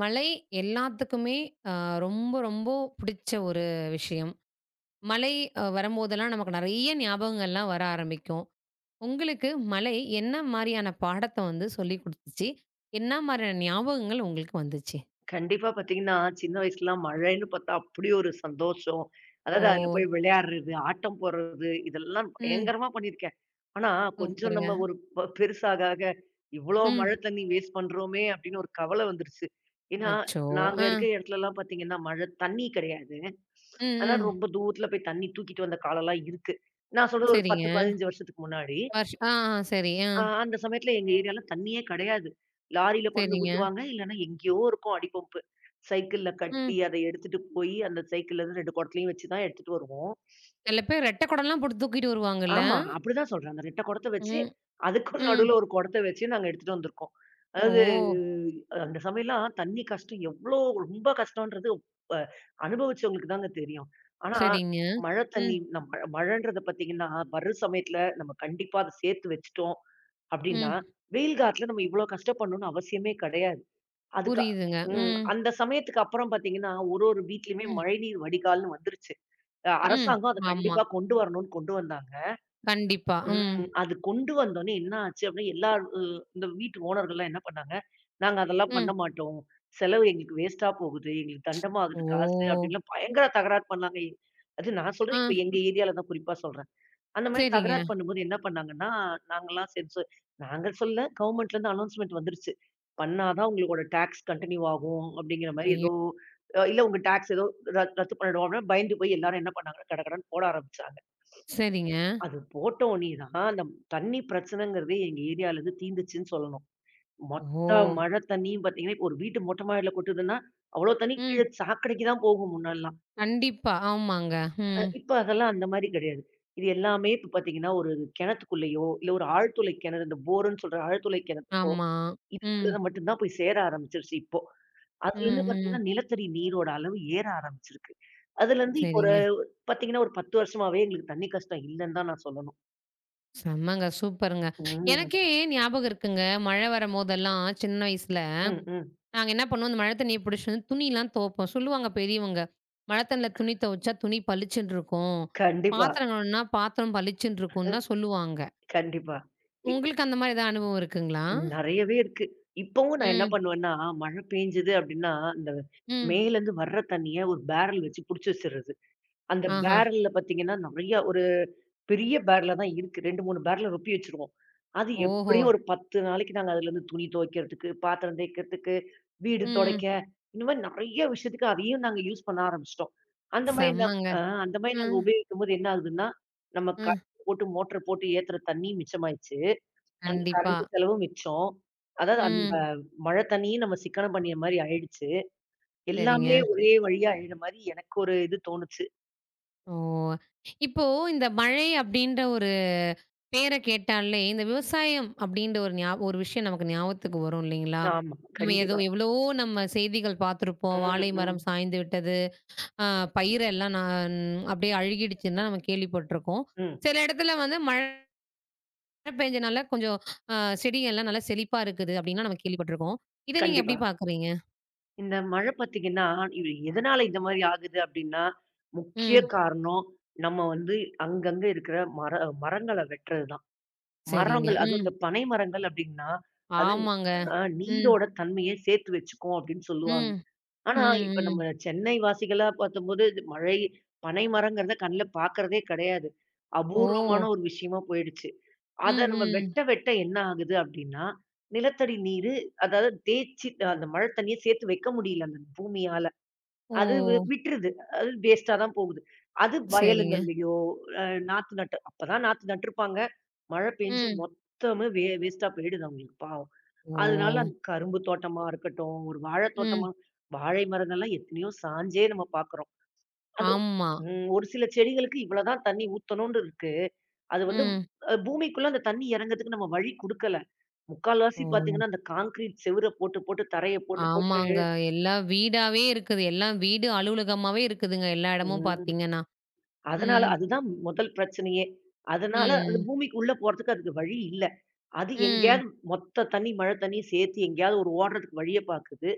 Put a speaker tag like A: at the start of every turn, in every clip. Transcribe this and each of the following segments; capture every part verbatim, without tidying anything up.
A: மலை எல்லாத்துக்குமே அ ரொம்ப, ரொம்ப பிடிச்ச ஒரு விஷயம். மலை அ வரும்போதெல்லாம் நமக்கு நெறைய ஞாபகங்கள்லாம் வர ஆரம்பிக்கும். உங்களுக்கு மலை என்ன மாரியான பாடத்த வந்து சொல்லிக் குடுத்துச்சு? என்ன மாரியான ஞாபகங்கள் உங்களுக்கு வந்துச்சு?
B: கண்டிப்பா பாத்தீங்கன்னா, சின்ன வயசுலலாம் மழைன்னு பாத்தா அப்படி ஒரு சந்தோஷம்.
A: ஓ!
B: அதாவது அதுல போய் விளையாடுறது, ஆட்டம் போடுறது இதெல்லாம்
A: ம்.
B: பயங்கரமா பண்ணியிருக்கேன். ஆனா, கொஞ்சம்
A: சூப்பருங்க.
B: நம்ம ஒரு ப பெருசாக ஆக, இவ்ளோ மழை
A: ம்.
B: தண்ணி வேஸ்ட் பண்றோமே அப்படின்னு ஒரு கவலை வந்துருச்சு. ஏன்னா,
A: அச்சோ!
B: நாங்க
A: அ.
B: இருக்கிற இடத்துலலாம் பாத்தீங்கன்னா, மழை தண்ணி கிடையாது.
A: ம்,
B: ஆனா
A: ம்.
B: ரொம்ப தூரத்துல போய் தண்ணி தூக்கிட்டு வந்த காலம்லாம் இருக்கு. நான் சொல்றது ஒரு பத்து,
A: சரிங்க.
B: பதினைந்து வருஷத்துக்கு முன்னாடி.
A: வருஷ் ஆ, ஆ. சரி. ஆ.
B: ஆ அந்த சமயத்துல எங்க ஏரியால தண்ணியே கிடையாது. லாரியில கொண்டு
A: சரிங்க.
B: ஊத்துவாங்க. இல்லன்னா எங்கேயோ இருக்கும் அடி பம்பு. சைக்கிள்ல கட்டி
A: ம்.
B: அத எடுத்துட்டு போய் அந்த சைக்கிள்லருந்து ரெண்டு குடத்துலயும் வச்சு தான் எடுத்துட்டு வருவோம்.
A: சில பேர் ரெட்டை குடம்லாம் போட்டு தூக்கிட்டு வருவாங்கல்ல?
B: ஆமா. அப்படிதான் சொல்றேன். அந்த ரெண்டு குடத்த வச்சு,
A: ம்,
B: அதுக்கும்
A: ம்.
B: நடுவுல ஒரு குடத்த வச்சு நாங்க எடுத்துட்டு வந்திருக்கோம்.
A: ஓ!
B: அதாவது அந்த சமயம்லாம் தண்ணி கஷ்டம் எவ்ளோ ரொம்ப கஷ்டம்ன்றது அ அனுபவிச்சவங்களுக்கு தாங்க தெரியும். ஆனா
A: சரிங்க.
B: மழை
A: ம்,
B: தண்ணி நம் மழன்றத பார்த்தீங்கன்னா, வர்ற சமயத்துல நம்ம கண்டிப்பா அத சேர்த்து வச்சுட்டோம். அப்டின்னா,
A: ம்.
B: வெயில் காலத்துல நம்ம இவ்ளோ கஷ்டப்படணும்னு அவசியமே கிடையாது. அதுக்கு
A: புரியுதுங்க.
B: ம்.
A: ம்.
B: அந்த சமயத்துக்கு அப்புறம் பார்த்தீங்கன்னா, ஒரு ஒரு வீட்லயுமே
A: ம்.
B: மழைநீர் வடிகால்னு வந்துருச்சு. அ
A: ம்.
B: அரசாங்கம் அத
A: ஆமா.
B: கண்டிப்பா கொண்டு வரணும்னு கொண்டு வந்தாங்க.
A: கண்டிப்பா. ம்.
B: ம். அது கொண்டு வந்தோனே என்ன ஆச்சு அப்டின்னா, எல்லா அ இந்த வீட்டு ஓனர்கள்லாம் என்ன பண்ணாங்க, நாங்க அதெல்லாம்
A: ம்.
B: பண்ண மாட்டோம். செலவு எங்களுக்கு வேஸ்ட்டா போகுது. எங்களுக்கு தண்டமா
A: ஓ!
B: ஆகுது காசு அப்டின்லாம் பயங்கர தகராறு பண்ணாங்க. அது நான்
A: ஆ
B: சொல்றேன், இப்ப எங்க ஏரியால தான் குறிப்பா சொல்றேன். அந்த மாரி
A: சரிங்க.
B: தகராறு பண்ணும்போது என்ன பண்ணாங்கன்னா, நாங்கலாம் சரி சொ நாங்க சொல்ல கவர்மெண்ட்லேருந்து அனௌன்ஸ்மென்ட் வந்துருச்சு. பண்ணா தான் உங்களோட டாக்ஸ் கன்டின்யூ ஆகும் அப்படிங்கிற மாரி
A: ஐயோ!
B: ஏதோ அ இல்ல உங்க டாக்ஸ் ஏதோ ரத் ரத்து பண்ணிடுவோம் அப்படின்னு பயந்து போய் எல்லாரும் என்ன பண்ணாங்கன்னா, கடகடன்னு போட ஆரம்பிச்சாங்க.
A: சரிங்க.
B: அது போட்டோனே தான் அந்த தண்ணி பிரச்சனைங்கிறதே எங்க ஏரியாலேருந்து தீர்ந்துச்சுன்னு சொல்லணும்.
A: ஓ!
B: மொத்த மழை தண்ணியும் பார்த்தீங்கன்னா, இப்போ ஒரு வீட்டு மொட்டை மாடியில கொட்டுதுன்னா, அவ்வளோ தண்ணி
A: ம்.
B: கீழ சாக்கடைக்கு தான் போகும் முன்னாடிலாம்.
A: கண்டிப்பா. ஆமாங்க.
B: அ
A: ம்.
B: இப்ப அதெல்லாம் அந்த மாரி கிடையாது. இது எல்லாமே இப்ப பார்த்தீங்கன்னா, ஒரு கிணத்துக்குள்ளேயோ, இல்ல ஒரு ஆழ்துளை கிணறு, இந்த போர்ன்னு சொல்ற ஆழ்துளை கிணறு,
A: ஆமா. ம்.
B: இதுக்குள்ள மட்டும் தான் போய் சேர ஆரம்பிச்சுருச்சு இப்போ. ம்.
A: ம்.
B: அதுலருந்து
A: ம்.
B: பார்த்தீங்கன்னா, நிலத்தடி நீரோட அளவு ஏற ஆரம்பிச்சிருக்கு. அதுலருந்து இப்போ ஒரு
A: சரிங்க.
B: பார்த்தீங்கன்னா, ஒரு பத்து வருஷமாவே எங்களுக்கு தண்ணி கஷ்டம் இல்லன்னு தான் நான் சொல்லணும்.
A: செம்மங்க. சூப்பருங்க.
B: ம்.
A: எனக்கே ஞாபகம் இருக்குங்க. மழை வரம்போதெல்லாம் சின்ன வயசுல,
B: ம், ம்.
A: நாங்க என்ன பண்ணுவோம், அந்த மழை தண்ணிய புடிச்சுட்டு வந்து துணிலாம் துவைப்போம். சொல்லுவாங்க பெரியவங்க, "மழை தண்ணில துணி துவைச்சா துணி பளிச்சுன்னு இருக்கும்.
B: கண்டிப்பா.
A: பாத்திரம் கழுவுனா பாத்திரம் பளிச்சுன்னு
B: ம்.
A: இருக்கும்லாம்" சொல்லுவாங்க.
B: கண்டிப்பா. இ
A: உங்களுக்கு அந்த மாரி ஏதாவது அனுபவம் இருக்குங்களா?
B: நெறையவே இருக்கு. இப்பவும் நான் என்ன
A: ம்,
B: பண்ணுவேன்னா, மழை பெஞ்சது அப்டின்னா, இந்த
A: ம்.
B: மேலருந்து வர்ற தண்ணிய ஒரு பேரல் வச்சு புடிச்சு வச்சுறது. அந்த
A: ஆஹா.
B: பேரல்ல பாத்தீங்கன்னா, நெறைய ஒரு பெரிய பேரலா தான் இருக்கு. ரெண்டு, மூணு பேரல ரொப்பி வச்சுருவோம். அது
A: ஓஹோ!
B: எப்படியும் ஒரு பத்து நாளைக்கு நாங்க அதுலருந்து துணி துவைக்கிறதுக்கு, பாத்திரம் தேய்க்கிறதுக்கு, வீடு
A: ம்.
B: தொடைக்க, இந்த மாரி நெறைய விஷயத்துக்கு அதையும் நாங்க யூஸ் பண்ண ஆரம்பிச்சுட்டோம். அந்த மாரி நாங்
A: செம்மங்க.
B: அ அந்த மாரி நாங்க
A: ம்,
B: உபயோகிக்கும்போது என்ன ஆகுதுன்னா, நம்ம
A: ம்.
B: கரண்ட் போட்டு மோட்டர் போட்டு ஏத்துற தண்ணி மிச்சமாயிடுச்சு. அந்த
A: கண்டிப்பா.
B: கரண்ட் செலவும் மிச்சம். அதாவது அந்த
A: ம்.
B: மழை தண்ணியும் நம்ம சிக்கனம் பண்ணிய மாரி ஆயிடுச்சு. எல்லாமே
A: சரிங்க.
B: ஒரே வழியா ஆயிடுற மாரி எனக்கு ஒரு இது தோணுச்சு.
A: ஓ! இப்போ இந்த மழை அப்டின்ற ஒரு பேர கேட்டாலே, இந்த விவசாயம் அப்டின்ற ஒரு ஞா ஒரு விஷயம் நமக்கு ஞாபகத்துக்கு வரும் இல்லைங்களா?
B: ஆமா,
A: நம்ம ஏதோ
B: கண்டிப்பா.
A: எவ்வளவோ நம்ம செய்திகள் பார்த்துருப்போம்.
B: ம்,
A: வாழை
B: ம்,
A: மரம் சாய்ந்து விட்டது. அ பயிரெல்லாம் நான் அப்டியே அழுகிடுச்சுன்னா நம்ம கேள்விப்பட்டுருக்கோம்.
B: ம்.
A: சில இடத்துல வந்து மழ மழை பெஞ்சனால கொஞ்சம் அ செடிகள்லாம் நல்லா செழிப்பா இருக்குது அப்டின்லாம் நம்ம கேள்விப்பட்டுருக்கோம். இத நீங்க எப்டி
B: கண்டிப்பா.
A: பார்க்குறீங்க?
B: இந்த மழை பார்த்தீங்கன்னா, இது எதனால இந்த மாரி ஆகுது அப்டின்னா, முக்கிய
A: ம்.
B: காரணம் நம்ம வந்து அங்கங்க இருக்கிற மர மரங்கள வெட்டுறது தான்.
A: சரிங்க.
B: மரங்கள் அதுவும்
A: ம்.
B: இந்த பனை மரங்கள் அப்டின்னா, அது
A: ஆமாங்க.
B: அ
A: ம்.
B: நீரோட தன்மைய சேர்த்து வச்சுக்கும் அப்டின்னு சொல்லுவாங்க.
A: ம். ம்.
B: ஆனா, இப்ப
A: ம்.
B: நம்ம சென்னை வாசிகளா பார்த்தம்போது, இது மழை, பனை மரங்கிறத கண்ல பார்க்கறதே கிடையாது. அபூர்வமான
A: ஓ!
B: ஒரு விஷயமா போயிடுச்சு.
A: ம்.
B: அத நம்ம
A: ம்.
B: வெட்ட வெட்ட என்ன ஆகுது அப்டின்னா, நிலத்தடி நீரு அதாவது தேய்ச்சி அந்த மழை தண்ணிய சேர்த்து வைக்க முடியல அந்த பூமியால.
A: ஓ!
B: அது வி விட்டுருது. அது வேஸ்ட்டா தான் போகுது. அது
A: சரிங்க.
B: வயலுங்கள்லயோ, அ நாத்து நட்டு அப்பதான் நாத்து நட்டுருப்பாங்க. மழை பெஞ்சு
A: ம்.
B: மொத்தமும் வே வேஸ்ட்டா போயிடுது அவங்களுக்கு பாவம்.
A: ஓ!
B: அதனால அந்த கரும்பு தோட்டமா இருக்கட்டும், ஒரு வாழைத்
A: ம்.
B: தோட்டமா வாழை மரங்கள்லாம் எத்தனையோ சாஞ்சே நம்ம பார்க்குறோம். அது
A: ஆமா.
B: ம் ஒரு சில செடிகளுக்கு இவ்வளதான் தண்ணி ஊத்தணும்னு இருக்கு. அது வந்து
A: ம்.
B: அ பூமிக்குள்ள அந்த தண்ணி இறங்கறதுக்கு நம்ம வழி குடுக்கல. முக்கால்வாசி
A: ஓ!
B: பார்த்தீங்கன்னா, அந்த கான்கிரீட் செவுர போட்டு, போட்டு தரைய போட்டு, போட்டு
A: ஆமாங்க. எல்லாம் வீடாவே இருக்குது. எல்லாம் வீடு அலுவலகமாவே இருக்குதுங்க. எல்லா இடமும்
B: ம்
A: பார்த்தீங்கன்னா.
B: அதனால
A: ம்.
B: அதுதான் முதல் பிரச்சனையே. அதனால அது
A: ம்.
B: பூமிக்கு உள்ள போறதுக்கு அதுக்கு வழி இல்ல. அது
A: ம்.
B: எங்கேயாவது மொத்த தண்ணி மழை தண்ணியும் சேர்த்து எங்கேயாவது ஒரு ஓடுறதுக்கு வழிய பார்க்குது.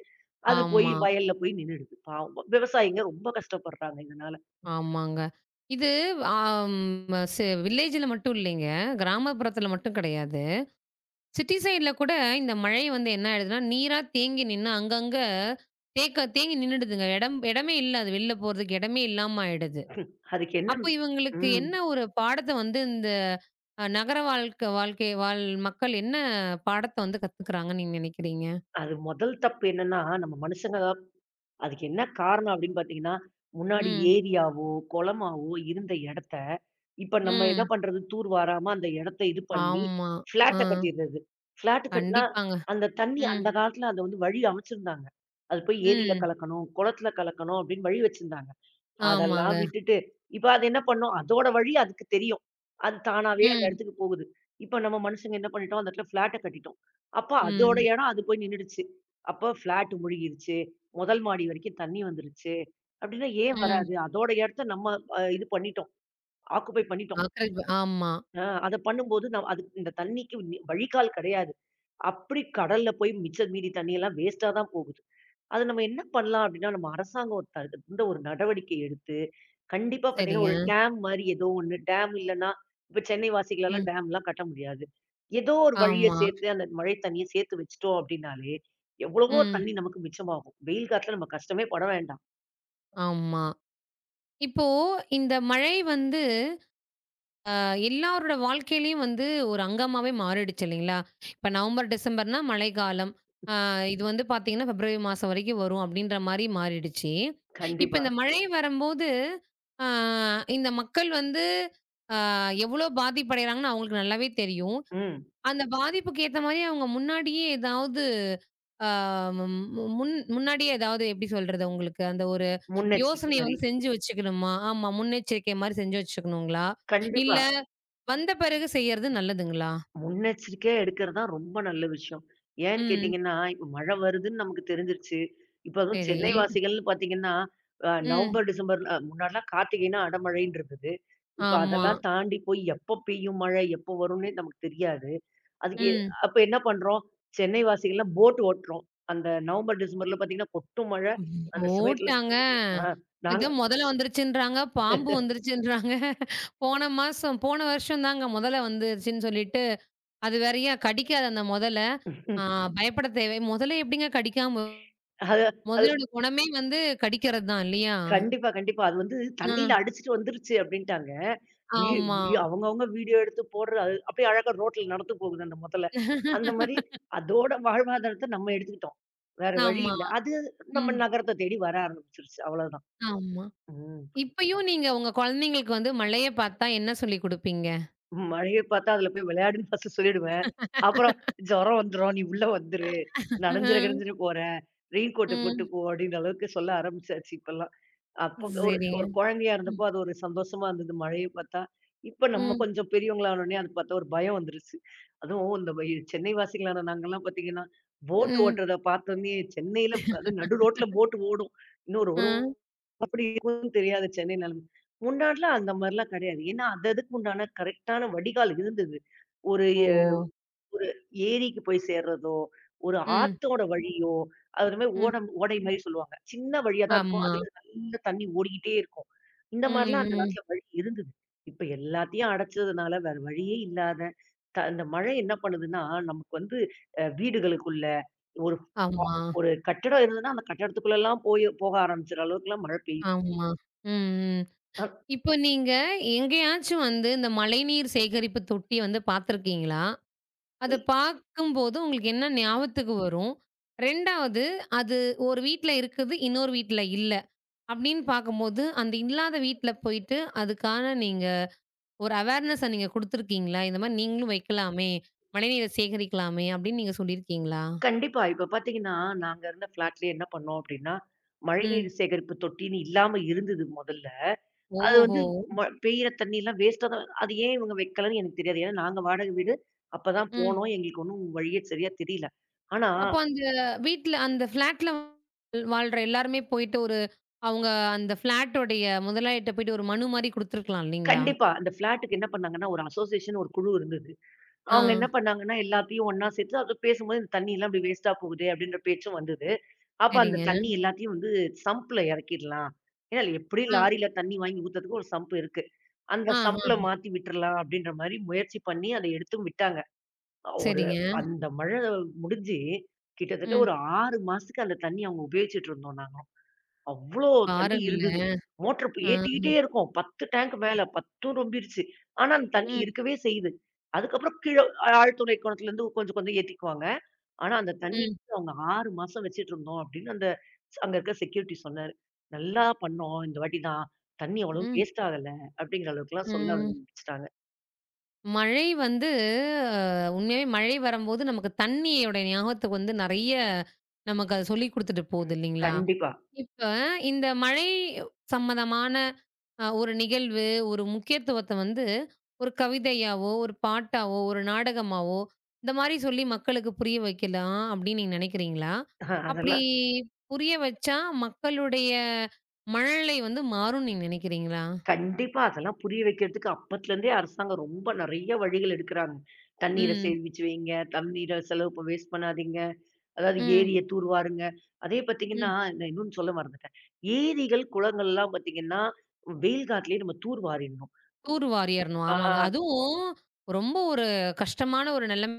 B: அது போய்
A: ஆமா.
B: வயல்ல போய் நின்னுடுது. பாவம். விவசாயிங்க ரொம்ப கஷ்டப்படுறாங்க இதனால.
A: ஆமாங்க. இது ஆம் செ வில்லேஜ்ல மட்டும் இல்லைங்க. கிராமப்புறத்துல மட்டும் கிடையாது. சிட்டி சைட்ல கூட இந்த மழை வந்து என்ன ஆயிடுதுன்னா, நீரா தேங்கி நின்னு அங்கங்க தேக்க தேங்கி நின்னுடுதுங்க. இடம் இடமே இல்ல. அது வெளில போறதுக்கு இடமே இல்லாம ஆயிடுது.
B: அதுக்கு என்ன
A: அப்போ இவங்களுக்கு
B: ம்.
A: என்ன ஒரு பாடத்த வந்து இந்த அ நகர வாழ்க்க வாழ்க்கை வாழ் மக்கள் என்ன பாடத்த வந்து கத்துக்குறாங்கன்னு நீங்க நினைக்கிறீங்க?
B: அது முதல் தப்பு என்னன்னா, நம்ம மனுஷங்க அதுக்கு என்ன காரணம் அப்படின்னு பார்த்தீங்கன்னா, முன்னாடி
A: ம்,
B: ஏரியாவோ, குளமாவோ இருந்த இடத்த, இப்ப நம்ம என்ன
A: ம்.
B: பண்றது தூர் வாராம அந்த இடத்த இது பண்ணி,
A: ஆமா. ஆ.
B: ஃப்ளாட்ட கட்டிடுறது. ஃப்ளாட் கட்டினா
A: கண்டிப்பாங்க.
B: அந்த தண்ணி
A: ம்,
B: அந்த காலத்துல அத வந்து வழி அமைச்சிருந்தாங்க. அது போய் ஏரியில
A: ம்.
B: கலக்கணும், குளத்துல கலக்கணும் அப்படின்னு வழி வச்சிருந்தாங்க. அதெல்லாம்
A: ஆமாங்க.
B: விட்டுட்டு, இப்ப அது என்ன பண்ணும்? அதோட வழி அதுக்கு தெரியும். அது தானாவே அந்த
A: ம்,
B: இடத்துக்கு போகுது. இப்ப நம்ம மனுஷங்க என்ன பண்ணிட்டோம்? அந்த இடத்துல ஃப்ளாட்ட கட்டிட்டோம். அப்ப அதோட
A: ம்.
B: இடம் அது போய் நின்னுடுச்சு. அப்ப ஃப்ளாட் முழுகிருச்சு. முதல் மாடி வரைக்கும் தண்ணி வந்துருச்சு. அப்படின்னா ஏன்
A: ம்.
B: வராது? அதோட இடத்த நம்ம அ இது பண்ணிட்டோம். ஆக்குபை பண்ணிட்டோம்.
A: காக்ரோச் ஆமா.
B: அ அத பண்ணும்போது ந அதுக்கு இந்த தண்ணிக்கு நி வழிகால் கிடையாது. அப்படி கடல்ல போய் மிச்சம் மீதி தண்ணி எல்லாம் வேஸ்ட்டா தான் போகுது. அது நம்ம என்ன பண்ணலாம்? அப்படின்னா, நம்ம அரசாங்கம் ஒரு த இந்த ஒரு நடவடிக்கை எடுத்து கண்டிப்பா பார்த்தீங்கன்னா,
A: சரிங்க.
B: ஒரு டேம் மாரி ஏதோ ஒண்ணு. டேம் இல்லன்னா, இப்ப சென்னை வாசிகளலாம்
A: ம்.
B: டேம்லாம் கட்ட முடியாது. ஏதோ ஒரு வழிய
A: ஆமா.
B: சேர்த்து அந்த மழை தண்ணீய சேர்த்து வச்சுட்டோம் அப்படின்னாலே, எவ்வளவோ
A: ம்.
B: தண்ணி நமக்கு மிச்சமாகும். வெயில் காலத்துல நம்ம கஷ்டமே பட வேண்டாம்.
A: ஆமா. இப்போ இந்த மழை வந்து அ எல்லாரோட வாழ்க்கையிலயும் வந்து ஒரு அங்கமாவே மாறிடுச்சு இல்லைங்களா? இப்ப நவம்பர், டிசம்பர்னா மழைக்காலம். அ இது வந்து பார்த்தீங்கன்னா, பிப்ரவரி மாசம் வரைக்கும் வரும் அப்படின்ற மாரி மாறிடுச்சு. இப்ப
B: கண்டிப்பா.
A: இந்த மழை வரம்போது, அ இந்த மக்கள் வந்து அ எவ்வளோ பாதிப்படைறாங்கன்னு அவங்களுக்கு நல்லாவே தெரியும்.
B: ம்.
A: அந்த பாதிப்புக்கு ஏத்த மாரி அவங்க முன்னாடியே ஏதாவது ஆ மு முன் முன்னாடியே ஏதாவது எப்படி சொல்றது உங்களுக்கு? அந்த ஒரு
B: முன்னெச்சரிக்கை
A: யோசனைய
B: மாரி.
A: வந்து செஞ்சு வச்சுக்கணுமா? ஆமா. முன்னெச்சரிக்கை மாரி செஞ்சு வச்சுக்கணுங்களா? இல்ல
B: கண்டிப்பா.
A: வந்த பிறகு செய்யறது நல்லதுங்களா?
B: முன்னெச்சரிக்கையா எடுக்கிறது தான் ரொம்ப நல்ல விஷயம். ஏன்னு
A: ம்.
B: கேட்டீங்கன்னா, இப்ப மழை வருதுன்னு நமக்கு தெரிஞ்சிருச்சு. இப்ப அதுவும்
A: சரி.
B: சென்னை வாசிகள்னு பாத்தீங்கன்னா, அ
A: ம்.
B: நவம்பர், டிசம்பர்ல அஹ், முன்னாடிலாம் கார்த்திகைன்னா அடமழைன்னு இருந்தது. இப்ப
A: ஆமா.
B: அதெல்லாம் தாண்டி போய் எப்ப பெய்யும் மழை, எப்ப வரும்னே நமக்கு தெரியாது. அதுக்கு எ-
A: ம்.
B: அப்ப என்ன பண்றோம், சென்னை வாசிகள்லாம் போட் ஓட்டுறோம். அந்த நவம்பர், டிசம்பர்ல பாத்தீங்கன்னா கொட்டும் மழை. அந்த சமயத்துல
A: போட்டாங்க.
B: ஆ நாங்க
A: ஏதோ மொதல வந்துருச்சுன்றாங்க, பாம்பு வந்துருச்சுன்றாங்க. போன மாசம் போன வருஷம் தாங்க மொதல வந்துருச்சுன்னு சொல்லிட்டு அது வேறயா கடிக்காது அந்த முதல. ஆ ம். பயப்பட தேவை முதல எப்படிங்க கடிக்காம
B: அது அது
A: முதலோட குணமே வந்து கடிக்கிறது தான் இல்லையா?
B: கண்டிப்பா, கண்டிப்பா. அது வந்து
A: ஆ
B: தண்ணீல அடிச்சுட்டு வந்துருச்சு அப்டின்ட்டாங்க. வீ
A: ஆமா.
B: வீ அவங்கவங்க வீடியோ எடுத்து போடுற அது அப்டியே அழகா ரோட்ல நடந்து போகுது அந்த முதல. அந்த மாரி அதோட வாழ்வாதாரத்த நம்ம எடுத்துக்கிட்டோம். வேற வழி
A: ஆமா.
B: இல்ல. அது நம்ம
A: ம்.
B: நகரத்த தேடி வர ஆரம்பிச்சுருச்சு. அவ்வளோதான்.
A: ஆமா.
B: ம்.
A: இப்பயும் நீங்க உங்க குழந்தைங்களுக்கு வந்து மழைய பார்த்தா என்ன சொல்லிக் குடுப்பீங்க?
B: மழைய பார்த்தா அதுல போய் விளையாடுன்னு ஃபர்ஸ்ட்டு சொல்லிடுவேன். அப்புறம் "ஜுரம் வந்துரும். நீ உள்ள வந்துரு. நனஞ்சிர
A: ம்.
B: கினஞ்சிர போற. ரெயின் கோட்ட போட்டு
A: ம்.
B: போ" அப்டின்ற அளவுக்கு சொல்ல ஆரம்பிச்சாச்சு இப்பல்லாம். அப்ப ஒரு
A: சரிங்க.
B: ஒரு குழந்தையா
A: ம்.
B: இருந்தப்போ அது ஒரு சந்தோஷமா இருந்தது. மழைய பார்த்தா. இப்ப நம்ம
A: ம்.
B: கொஞ்சம் பெரியவங்களா ஆனோனே அது பார்த்தா ஒரு பயம் வந்துருச்சு. அதுவும் இந்த வ சென்னை வாசிகளான நாங்கலாம் பார்த்தீங்கன்னா, போட்
A: ம்.
B: ஓட்டுறத பார்த்தோனே சென்னையில அதுவும் நடு ரோட்ல போட் ஓடும். இன்னும் ஒரு
A: ஆ.
B: ஒரு அப்படி இருக்கும்னு தெரியாது சென்னை நிலைமை. முன்னாடிலாம் அந்த மாரிலாம் கிடையாது. ஏன்னா அது அதுக்கு உண்டான கரெக்ட்டான வடிகால் இருந்தது. ஒரு எ
A: ஓ!
B: ஏரிக்கு போய் சேர்றதோ, ஒரு
A: ம்.
B: ஆத்தோட வழியோ, அது மாரி
A: ம்.
B: ஓடம் ஓடை மாரி சொல்லுவாங்க. சின்ன வழியா தான் இருக்கும்.
A: ஆமா.
B: அதுல நல்ல தண்ணி ஓடிக்கிட்டே இருக்கும். இந்த மாரிலாம்
A: ம்.
B: அந்த
A: ம்.
B: காலத்துல வழி இருந்தது. இப்ப எல்லாத்தையும் அடைச்சதுனால வேற வழியே இல்லாத, த இந்த மழை என்ன பண்ணுதுன்னா, நமக்கு வந்து அ வீடுகளுக்குள்ள ஒரு
A: ஆமா.
B: ஒரு கட்டடம் இருந்ததுன்னா, அந்த கட்டடத்துக்குள்ளலாம் போய் போக ஆரம்பிச்சுற அளவுக்குலாம் மழை பெய்யுது.
A: ஆமா. ம். ம்.
B: அ
A: இப்போ நீங்க எங்கேயாச்சும் வந்து இந்த மழைநீர் சேகரிப்பு தொட்டி வந்து பார்த்துருக்கீங்களா? அத பார்க்கும்போது உங்களுக்கு என்ன ஞாபகத்துக்கு வரும்? இரண்டாவது அது ஒரு வீட்ல இருக்குது, இன்னொரு வீட்ல இல்ல. அப்படின்னு பார்க்கும்போது, அந்த இல்லாத வீட்ல போயிட்டு அதுக்கான நீங்க ஒரு அவேர்னஸ நீங்க குடுத்துருக்கீங்களா? இந்த மாரி நீங்களும் வைக்கலாமே! மழைநீர சேகரிக்கலாமே! அப்படின்னு நீங்க சொல்லியிருக்கீங்களா?
B: கண்டிப்பா. இப்ப பாத்தீங்கன்னா, நாங்க இருந்த ஃப்ளாட்லயே என்ன பண்ணோம் அப்டின்னா, மழைநீர்
A: ம்.
B: சேகரிப்பு தொட்டின்னு இல்லாம இருந்தது மொதல்ல. அது
A: ஓஹோ!
B: வந்து ம பெய்யிற தண்ணிலாம் வேஸ்ட்டா தான் அது ஏன் இவங்க வைக்கலன்னு எனக்கு தெரியாது. ஏன்னா நாங்க வாடகை வீடு. அப்ப தான்
A: ம்.
B: போனோம். எங்களுக்கு ஒண்ணும் வழியே சரியா தெரியல. ஆனா
A: அப்போ அந்த வீட்ல அந்த ஃப்ளாட்ல வாழ்ற எல்லாருமே போயிட்டு ஒரு அவங்க அந்த ஃப்ளாட்டோடைய முதலாளிட்ட போயிட்டு ஒரு மனு மாரி குடுத்துருக்கலாம் இல்லைங்களா?
B: கண்டிப்பா அந்த ஃப்ளாட்டுக்கு என்ன பண்ணாங்கன்னா, ஒரு அசோசியேஷன் ஒரு குழு இருந்தது.
A: ஆ,
B: அவங்க என்ன பண்ணாங்கன்னா, எல்லாத்தையும் ஒண்ணா சேர்த்து அது பேசும்போது இந்த தண்ணி எல்லாம் இப்படி வேஸ்ட்டா போகுதே அப்படின்ற பேச்சும் வந்தது. அப்ப அந்த
A: சரிங்க.
B: தண்ணி எல்லாத்தையும் வந்து சம்ப்ல இறக்கிடலாம். ஏன்னா எப்படியும்
A: ஆ,
B: லாரியில தண்ணி வாங்கி ஊத்துறதுக்கு ஒரு சம்ப் இருக்கு. அந்த
A: ஆ, ஆ.
B: சம்ப்ல மாத்தி விட்டுறலாம் அப்படின்ற மாரி முயற்சி பண்ணி அத எடுத்தும் விட்டாங்க. ஒரு
A: சரிங்க.
B: அந்த மழை முடிஞ்சு, கிட்டத்தட்ட
A: ம்.
B: ஒரு ஆறு மாசத்துக்கு அந்த தண்ணி அவங்க உபயோகிச்சுட்டு இருந்தோம் நாங்க. அவ்ளோ தண்ணி இருந்தது.
A: பாருங்களேன்.
B: மோட்டர் இப்ப ஏத்திக்கிட்டே
A: ஆஹ.
B: இருக்கோம். பத்து டேங்க் மேல பத்தும் ரொம்பிருச்சு. ஆனா, அந்த தண்ணி
A: ம்,
B: இருக்கவே செய்யுது. அதுக்கப்புறம் கீழ ஆழ்துளை கிணத்துலருந்து கொஞ்சம் கொஞ்சம் ஏத்திக்குவாங்க. ஆனா, அந்த தண்ணி
A: ம்,
B: வந்து அவங்க ஆறு மாசம் வச்சுட்டு இருந்தோம் அப்படின்னு அந்த ஸ்- அங்க இருக்க செக்யூரிட்டி சொன்னாரு. "நல்லா பண்ணோம். இந்த வாட்டி தான். தண்ணி அவ்வளவு
A: ம்,
B: வேஸ்ட் ஆகல" அப்படிங்கிற அளவுக்குலாம் சொல்ல
A: ம்.
B: ஆரம்பிச்சுட்டாங்க.
A: மழை வந்து அ உண்மையாவே மழை வரம்போது நமக்கு தண்ணியோட ஞாபகத்துக்கு வந்து நெறைய நமக்கு அது சொல்லிக் குடுத்துட்டு போகுது இல்லைங்களா?
B: கண்டிப்பா.
A: இப்ப இந்த மழை சம்மந்தமான அ ஒரு நிகழ்வு, ஒரு முக்கியத்துவத்த வந்து ஒரு கவிதையாவோ, ஒரு பாட்டாவோ, ஒரு நாடகமாவோ, இந்த மாரி சொல்லி மக்களுக்கு புரிய வைக்கலாம் அப்படின்னு நீங்க நினைக்கிறீங்களா?
B: அஹ்
A: அப்படி
B: அதெல்லாம்
A: புரிய வச்சா மக்களுடைய மனநிலை வந்து மாறும்னு நீங்க நினைக்கிறீங்களா?
B: கண்டிப்பா. அதெல்லாம் புரிய வைக்கிறதுக்கு அப்பத்துலருந்தே அரசாங்கம் ரொம்ப நெறைய வழிகள் எடுக்குறாங்க. தண்ணீர
A: ம்,
B: சேமிச்சு வைங்க, தண்ணீர செலவு ப வேஸ்ட் பண்ணாதீங்க. அதாவது
A: ம்,
B: ஏரிய தூர்வாருங்க. அதே பார்த்தீங்கன்னா,
A: ம்.
B: நான் இன்னொன்னு சொல்ல மறந்துட்டேன். ஏரிகள், குளங்கள்லாம் பார்த்தீங்கன்னா, வெயில் காலத்திலேயே நம்ம தூர்வாரிடணும்.
A: டூர் வாரியர்ணும். ஆமாங்க.
B: ஆ,
A: அதுவும் ரொம்ப ஒரு கஷ்டமான ஒரு நிலைமை.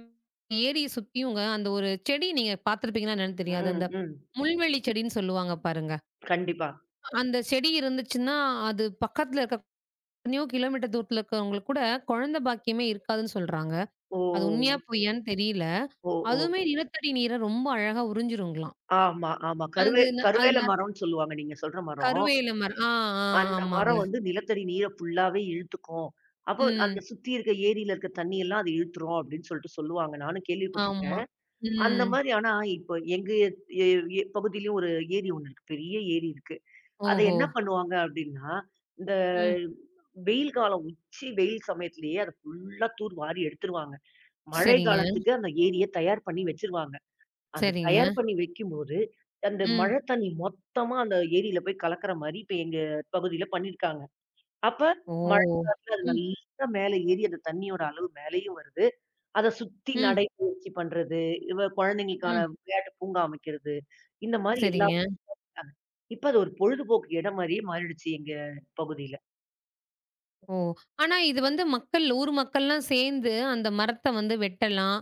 A: ஏரிய சுத்தியுங்க அந்த ஒரு செடி நீங்க பார்த்துருப்பீங்களா என்னன்னு தெரியாது.
B: ம்,
A: அந்த
B: ம்.
A: முள்வெள்ளி செடின்னு சொல்லுவாங்க பாருங்க.
B: கண்டிப்பா.
A: அந்த செடி இருந்துச்சுன்னா, அது பக்கத்துல இருக்க எத்தனையோ கிலோமீட்டர் தூரத்துல இருக்கிறவங்களுக்கு கூட குழந்தை பாக்கியமே இருக்காதுன்னு சொல்றாங்க.
B: ஓ!
A: அது உண்மையா பொய்யான்னு தெரியல.
B: ஓ, ஓ.
A: அதுவுமே நிலத்தடி நீர ரொம்ப அழகா உறிஞ்சிருங்களாம்.
B: ஆமா, ஆமா. கருவே
A: அது ந அது ந
B: கருவேல மரம்ன்னு சொல்லுவாங்க. நீங்க சொல்ற மரம்.
A: கருவேல மரம். ஆ, ஆ
B: அந்த
A: ஆமாங்க.
B: மரம் வந்து நிலத்தடி நீர ஃபுல்லாவே இழுத்துக்கும். அப்போ
A: ம்.
B: அந்த சுத்தி இருக்க ஏரியில இருக்க தண்ணி எல்லாம் அது இழுத்துரும் அப்படின்னு சொல்லிட்டு சொல்லுவாங்க. நானும்
A: ஆமா.
B: கேள்விப்பட்டுருக்கேன். அந்த
A: ம்.
B: மாரி ஆனா இப்ப எங்க எ எ பகுதியிலயும் ஒரு ஏரி ஒண்ணு இருக்கு. பெரிய ஏரி இருக்கு. அத
A: ஓஹோ!
B: என்ன பண்ணுவாங்க அப்படின்னா, இந்த
A: ம்.
B: வெயில் காலம் உச்சி வெயில் சமயத்திலேயே அத ஃபுல்லா தூர் வாரி எடுத்துருவாங்க. மழை
A: சரிங்க,
B: காலத்துக்கு அந்த ஏரிய தயார் பண்ணி வச்சுருவாங்க. அது
A: சரிங்க.
B: தயார் பண்ணி வைக்கும்போது, அந்த
A: ம்.
B: மழை தண்ணி மொத்தமா அந்த ஏரியில போய் கலக்கிற மாரி இப்ப எங்க பகுதியில பண்ணியிருக்காங்க. அப்ப
A: ஓ!
B: மழை காலத்துல அது
A: ம்,
B: நல்லா மேல ஏறி அந்த தண்ணியோட அளவு மேலயும் வருது. அத சுத்தி
A: ம்,
B: நடைப்பயிற்சி பண்றது, இவ குழந்தைங்களுக்கான
A: ம்.
B: விளையாட்டு பூங்கா அமைக்கிறது. இந்த மாரி எல்லாம்
A: சரிங்க.
B: இப்ப அது ஒரு பொழுதுபோக்கு இடம் மாரியே மாறிடுச்சு எங்க பகுதியில.
A: ஓ! ஆனா இது வந்து மக்கள் ஊர் மக்கள்லாம் சேர்ந்து அந்த மரத்த வந்து வெட்டலாம்.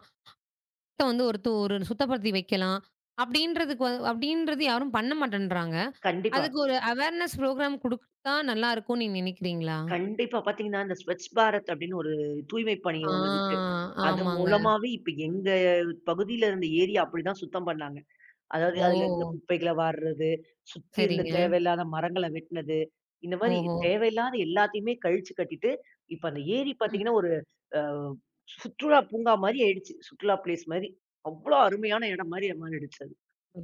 A: மரத்த வந்து ஒரு து ஒரு சுத்தப்படுத்தி வைக்கலாம். அப்படின்றதுக்கு வ அப்படின்றது யாரும் பண்ண மாட்டேன்றாங்க.
B: கண்டிப்பா.
A: அதுக்கு ஒரு அவேர்னஸ் புரோகிராம் குடுத்தா நல்லா இருக்கும்னு நீங்க நினைக்கிறீங்களா?
B: கண்டிப்பா. பார்த்தீங்கன்னா, இந்த ஸ்வச் பாரத் அப்படின்னு ஒரு தூய்மை பணி
A: ஆ,
B: ஒண்ணு இருக்கு. அது
A: ஆமாங்க.
B: மூலமாவே இப்ப எங்க பகுதியில இருந்த ஏரிய அப்படிதான் சுத்தம் பண்ணாங்க. அதாவது அதுல இருந்த
A: ஓ!
B: குப்பைகள வார்றது, சுத்தி இருந்த
A: சரிங்க.
B: தேவையில்லாத மரங்கள வெட்னது. இந்த மாரி
A: ஓஹோ!
B: தேவையில்லாத எல்லாத்தையுமே கழிச்சு கட்டிட்டு, இப்ப அந்த ஏரி
A: ம்.
B: பாத்தீங்கன்னா, ஒரு அ சுற்றுலா பூங்கா மாரி ஆயிடுச்சு. சுற்றுலா பிளேஸ் மாரி. அவ்ளோ அருமையான இடம் மாரி மாறிடுச்சு அது.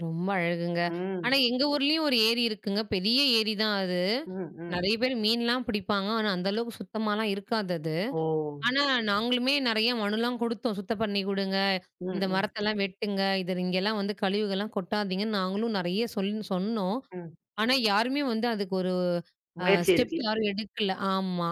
A: ரொம்ப அழகுங்க.
B: ம்.
A: ஆனா எங்க ஊர்லயும் ஒரு ஏரி இருக்குங்க. பெரிய ஏரி தான் அது.
B: ம், ம்.
A: நெறைய பேர் மீன்லாம் பிடிப்பாங்க. ஆனா அந்த அளவுக்கு சுத்தமாலாம் இருக்காது அது.
B: ஓ!
A: ஆனா, நாங்களுமே நெறைய மனுலாம் குடுத்தோம். சுத்தம் பண்ணி குடுங்க.
B: ம்,
A: இந்த
B: ம்,
A: மரத்தெல்லாம் வெட்டுங்க. இது இங்கெல்லாம் வந்து கழிவுகள்லாம் கொட்டாதீங்கன்னு நாங்களும் நெறைய சொல் சொன்னோம்.
B: ம்.
A: ஆனா, யாருமே வந்து அதுக்கு ஒரு அ
B: முயற்சி
A: ஸ்டெப்
B: எடுக்கல.
A: யாரும் எடுக்கல. ஆமா.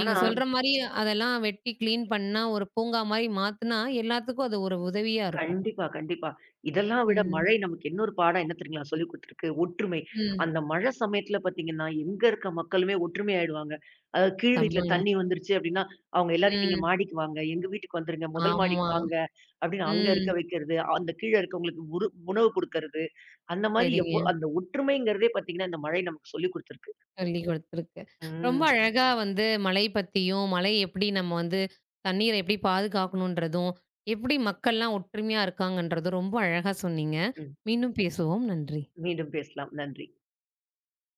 A: நீங்க
B: ஆனா
A: சொல்ற மாரி அதெல்லாம் வெட்டி கிளீன் பண்ணா, ஒரு பூங்கா மாரி மாத்துனா, எல்லாத்துக்கும் அது ஒரு உதவியா இருக்கும்.
B: கண்டிப்பா, கண்டிப்பா. இதெல்லாம் விட
A: ம்.
B: மழை நமக்கு இன்னொரு பாடம் என்ன தெரியுங்களா சொல்லிக் குடுத்திருக்கு? ஒற்றுமை.
A: ம்.
B: அந்த மழை சமயத்துல பாத்தீங்கன்னா, எங்க இருக்க மக்களுமே ஒற்றுமை ஆயிடுவாங்க. அதாவது கீழ் வீட்ல
A: செம்மங்க.
B: தண்ணி வந்துருச்சு அப்டின்னா, அவங்க எல்லாரையும் "நீங்க
A: ம்.
B: மாடிக்கு வாங்க, எங்க வீட்டுக்கு வந்துருங்க, முதல்
A: ஆமா.
B: மாடிக்கு வாங்க" அப்படின்னு அங்க இருக்க
A: ம்.
B: வைக்கிறது. அந்த கீழ இருக்கவங்களுக்கு உரு உணவு குடுக்கறது. அந்த மாரி
A: சரிங்க.
B: எவ்வ அந்த ஒற்றுமைங்கிறதே பாத்தீங்கன்னா, இந்த மழை நமக்கு சொல்லிக் குடுத்திருக்கு.
A: சொல்லிக் குடுத்துருக்கு. ரொம்ப
B: ம்.
A: அழகா வந்து மலை பத்தியும், மலை எப்படி நம்ம வந்து தண்ணீரை எப்படி பாதுகாக்கணுன்றதும், எப்படி மக்கள்லாம் ஒற்றுமையா இருக்காங்கன்றதும் ரொம்ப அழகா சொன்னீங்க.
B: ம்.
A: மீண்டும் பேசுவோம். நன்றி.
B: மீண்டும் பேசலாம். நன்றி.